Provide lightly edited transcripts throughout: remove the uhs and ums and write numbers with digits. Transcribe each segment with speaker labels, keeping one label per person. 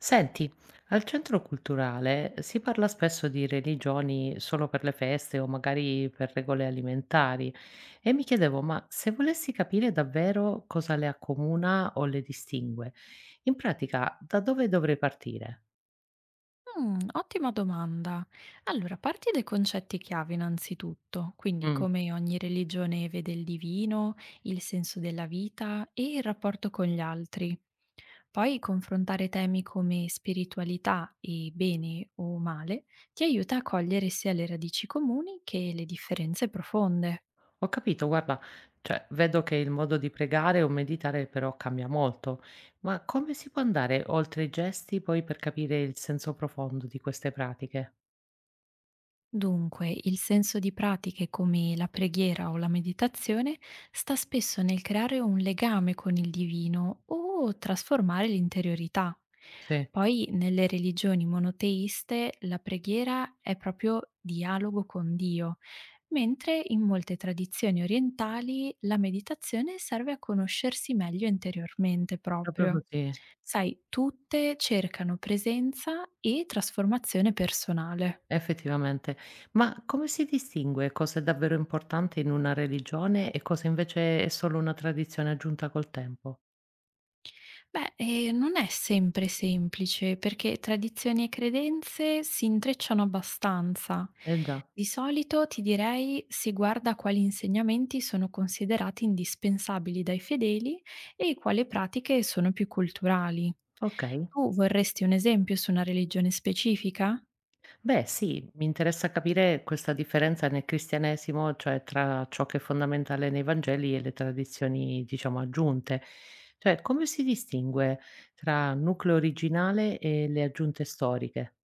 Speaker 1: Senti, al centro culturale si parla spesso di religioni solo per le feste o magari per regole alimentari e mi chiedevo, ma se volessi capire davvero cosa le accomuna o le distingue, in pratica da dove dovrei partire?
Speaker 2: Ottima domanda. Allora, parti dai concetti chiave innanzitutto, quindi
Speaker 1: Mm,
Speaker 2: come ogni religione vede il divino, il senso della vita e il rapporto con gli altri. Poi confrontare temi come spiritualità e bene o male ti aiuta a cogliere sia le radici comuni che le differenze profonde.
Speaker 1: ho capito, guarda, cioè vedo che il modo di pregare o meditare però cambia molto, ma come si può andare oltre i gesti poi per capire il senso profondo di queste pratiche?
Speaker 2: Dunque, il senso di pratiche come la preghiera o la meditazione sta spesso nel creare un legame con il divino o trasformare l'interiorità.
Speaker 1: Sì,
Speaker 2: Poi, nelle religioni monoteiste, la preghiera è proprio dialogo con Dio, mentre in molte tradizioni orientali la meditazione serve a conoscersi meglio interiormente
Speaker 1: proprio
Speaker 2: proprio.
Speaker 1: così.
Speaker 2: Sai, tutte cercano presenza e trasformazione personale.
Speaker 1: Effettivamente. Ma come si distingue cosa è davvero importante in una religione e cosa invece è solo una tradizione aggiunta col tempo?
Speaker 2: Beh, non è sempre semplice, perché tradizioni e credenze si intrecciano abbastanza.
Speaker 1: Eh già,
Speaker 2: Di solito, ti direi, si guarda quali insegnamenti sono considerati indispensabili dai fedeli e quali pratiche sono più culturali.
Speaker 1: ok.
Speaker 2: Tu vorresti un esempio su una religione specifica?
Speaker 1: Beh, sì, mi interessa capire questa differenza nel cristianesimo, cioè tra ciò che è fondamentale nei Vangeli e le tradizioni, diciamo, aggiunte. Cioè, come si distingue tra nucleo originale e le aggiunte storiche?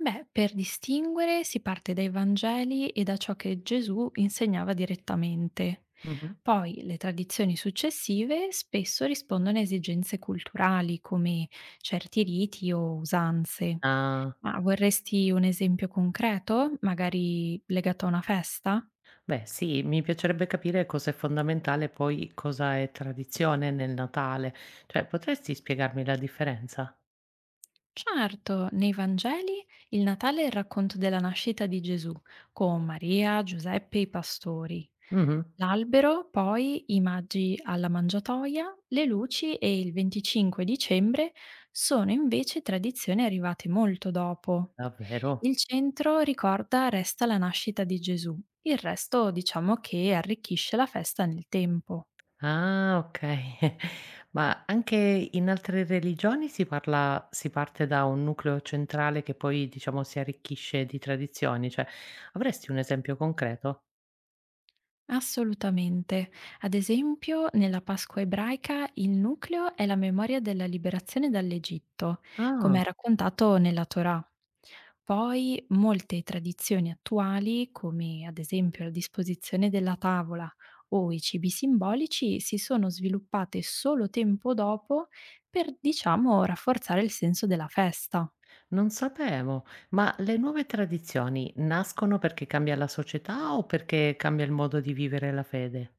Speaker 2: Beh, per distinguere si parte dai Vangeli e da ciò che Gesù insegnava direttamente.
Speaker 1: Mhm.
Speaker 2: Poi le tradizioni successive spesso rispondono a esigenze culturali come certi riti o usanze.
Speaker 1: Ah.
Speaker 2: Ma vorresti un esempio concreto, magari legato a una festa?
Speaker 1: Beh, sì, mi piacerebbe capire cosa è fondamentale, e poi cosa è tradizione nel Natale. Cioè, potresti spiegarmi la differenza?
Speaker 2: Certo, nei Vangeli il Natale è il racconto della nascita di Gesù, con Maria, Giuseppe e i pastori.
Speaker 1: Mh-mh.
Speaker 2: L'albero, poi i maggi alla mangiatoia, le luci e il 25 dicembre sono invece tradizioni arrivate molto dopo.
Speaker 1: Davvero?
Speaker 2: Il centro, ricorda, resta la nascita di Gesù, il resto diciamo che arricchisce la festa nel tempo.
Speaker 1: Ah, okay. Ma anche in altre religioni si parte da un nucleo centrale che poi, diciamo, si arricchisce di tradizioni, cioè avresti un esempio concreto?
Speaker 2: Assolutamente. Ad esempio, nella Pasqua ebraica il nucleo è la memoria della liberazione dall'Egitto,
Speaker 1: Ah,
Speaker 2: come è raccontato nella Torah. Poi molte tradizioni attuali, come ad esempio la disposizione della tavola o i cibi simbolici, si sono sviluppate solo tempo dopo per, diciamo, rafforzare il senso della festa.
Speaker 1: non sapevo. Ma le nuove tradizioni nascono perché cambia la società o perché cambia il modo di vivere la fede?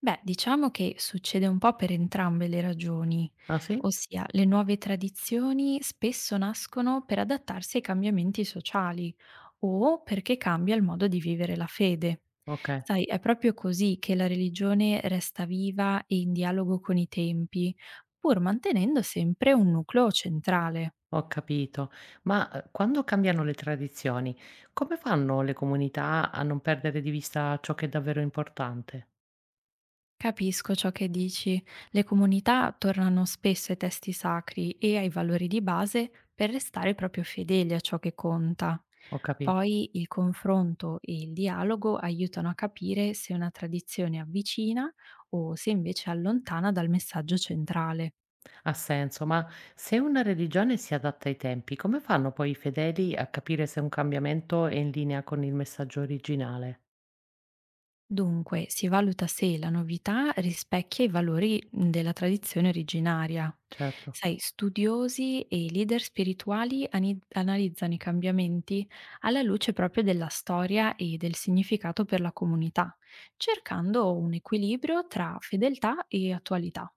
Speaker 2: Beh, diciamo che succede un po' per entrambe le ragioni,
Speaker 1: Ah, sì?
Speaker 2: ossia le nuove tradizioni spesso nascono per adattarsi ai cambiamenti sociali o perché cambia il modo di vivere la fede.
Speaker 1: Okay,
Speaker 2: Sai, è proprio così che la religione resta viva e in dialogo con i tempi, pur mantenendo sempre un nucleo centrale.
Speaker 1: ho capito. Ma, quando cambiano le tradizioni, come fanno le comunità a non perdere di vista ciò che è davvero importante?
Speaker 2: Capisco ciò che dici. Le comunità tornano spesso ai testi sacri e ai valori di base per restare proprio fedeli a ciò che conta.
Speaker 1: Ho capi
Speaker 2: Poi il confronto e il dialogo aiutano a capire se una tradizione avvicina o se invece allontana dal messaggio centrale.
Speaker 1: ha senso, ma se una religione si adatta ai tempi, come fanno poi i fedeli a capire se un cambiamento è in linea con il messaggio originale?
Speaker 2: Dunque, si valuta se la novità rispecchia i valori della tradizione originaria.
Speaker 1: Certo,
Speaker 2: Sai, studiosi e leader spirituali analizzano i cambiamenti alla luce proprio della storia e del significato per la comunità, cercando un equilibrio tra fedeltà e attualità.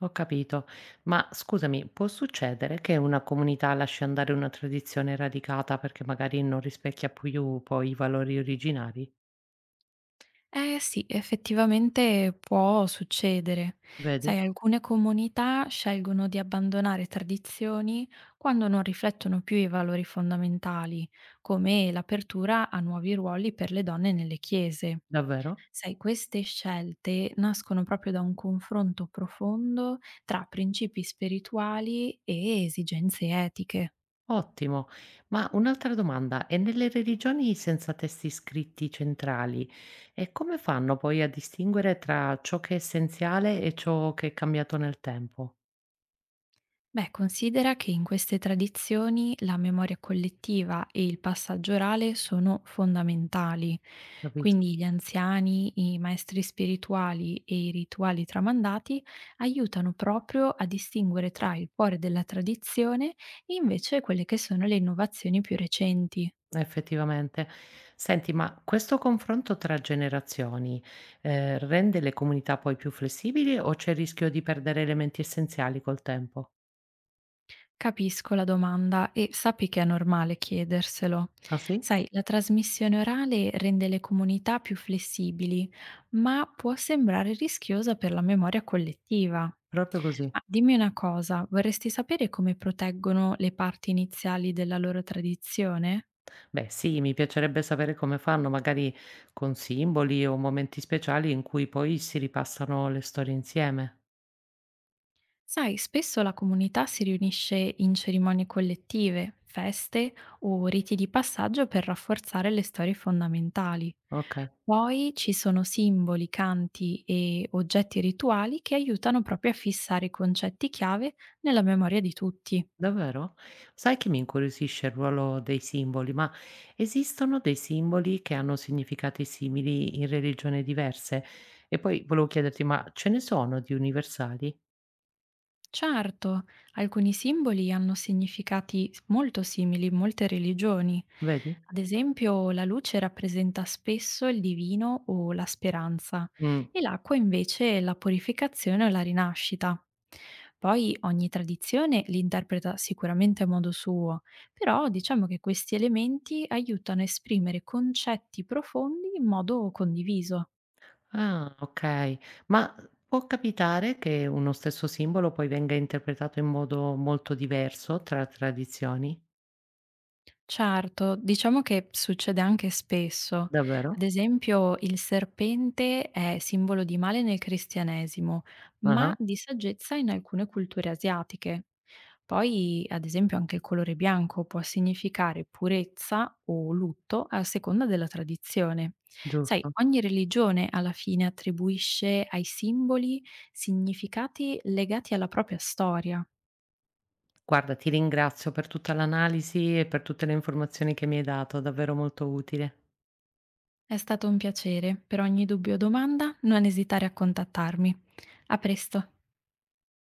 Speaker 1: ho capito. Ma scusami, può succedere che una comunità lasci andare una tradizione radicata perché magari non rispecchia più poi i valori originari?
Speaker 2: Eh sì, effettivamente può succedere.
Speaker 1: Vedi?
Speaker 2: Sai, alcune comunità scelgono di abbandonare tradizioni quando non riflettono più i valori fondamentali, come l'apertura a nuovi ruoli per le donne nelle chiese.
Speaker 1: Davvero?
Speaker 2: Sai, queste scelte nascono proprio da un confronto profondo tra principi spirituali e esigenze etiche.
Speaker 1: Ottimo. Ma un'altra domanda, e nelle religioni senza testi scritti centrali, e come fanno poi a distinguere tra ciò che è essenziale e ciò che è cambiato nel tempo?
Speaker 2: Beh, considera che in queste tradizioni la memoria collettiva e il passaggio orale sono fondamentali,
Speaker 1: Capisco,
Speaker 2: quindi gli anziani, i maestri spirituali e i rituali tramandati aiutano proprio a distinguere tra il cuore della tradizione e invece quelle che sono le innovazioni più recenti.
Speaker 1: effettivamente. Senti, ma questo confronto tra generazioni, rende le comunità poi più flessibili o c'è il rischio di perdere elementi essenziali col tempo?
Speaker 2: Capisco la domanda e sappi che è normale chiederselo.
Speaker 1: Ah sì?
Speaker 2: Sai, la trasmissione orale rende le comunità più flessibili, ma può sembrare rischiosa per la memoria collettiva.
Speaker 1: Proprio così.
Speaker 2: Ma dimmi una cosa, vorresti sapere come proteggono le parti iniziali della loro tradizione?
Speaker 1: Beh, sì, mi piacerebbe sapere come fanno, magari con simboli o momenti speciali in cui poi si ripassano le storie insieme.
Speaker 2: Sai, spesso la comunità si riunisce in cerimonie collettive, feste o riti di passaggio per rafforzare le storie fondamentali.
Speaker 1: Okay,
Speaker 2: Poi ci sono simboli, canti e oggetti rituali che aiutano proprio a fissare i concetti chiave nella memoria di tutti.
Speaker 1: davvero? Sai che mi incuriosisce il ruolo dei simboli, ma esistono dei simboli che hanno significati simili in religioni diverse? E poi volevo chiederti, ma ce ne sono di universali?
Speaker 2: Certo, alcuni simboli hanno significati molto simili in molte religioni.
Speaker 1: Vedi?
Speaker 2: Ad esempio, la luce rappresenta spesso il divino o la speranza,
Speaker 1: Mh.
Speaker 2: e l'acqua invece la purificazione o la rinascita. Poi ogni tradizione li interpreta sicuramente a modo suo, però diciamo che questi elementi aiutano a esprimere concetti profondi in modo condiviso.
Speaker 1: Ah, okay. Ma può capitare che uno stesso simbolo poi venga interpretato in modo molto diverso tra tradizioni?
Speaker 2: Certo, diciamo che succede anche spesso. Ad
Speaker 1: Davvero?
Speaker 2: esempio, il serpente è simbolo di male nel cristianesimo, ma
Speaker 1: Ah-ah,
Speaker 2: di saggezza in alcune culture asiatiche. Poi, ad esempio, anche il colore bianco può significare purezza o lutto a seconda della tradizione. Sai,
Speaker 1: giusto.
Speaker 2: ogni religione alla fine attribuisce ai simboli significati legati alla propria storia.
Speaker 1: Guarda, ti ringrazio per tutta l'analisi e per tutte le informazioni che mi hai dato, davvero molto utile.
Speaker 2: È stato un piacere. Per ogni dubbio o domanda non esitare a contattarmi. A presto.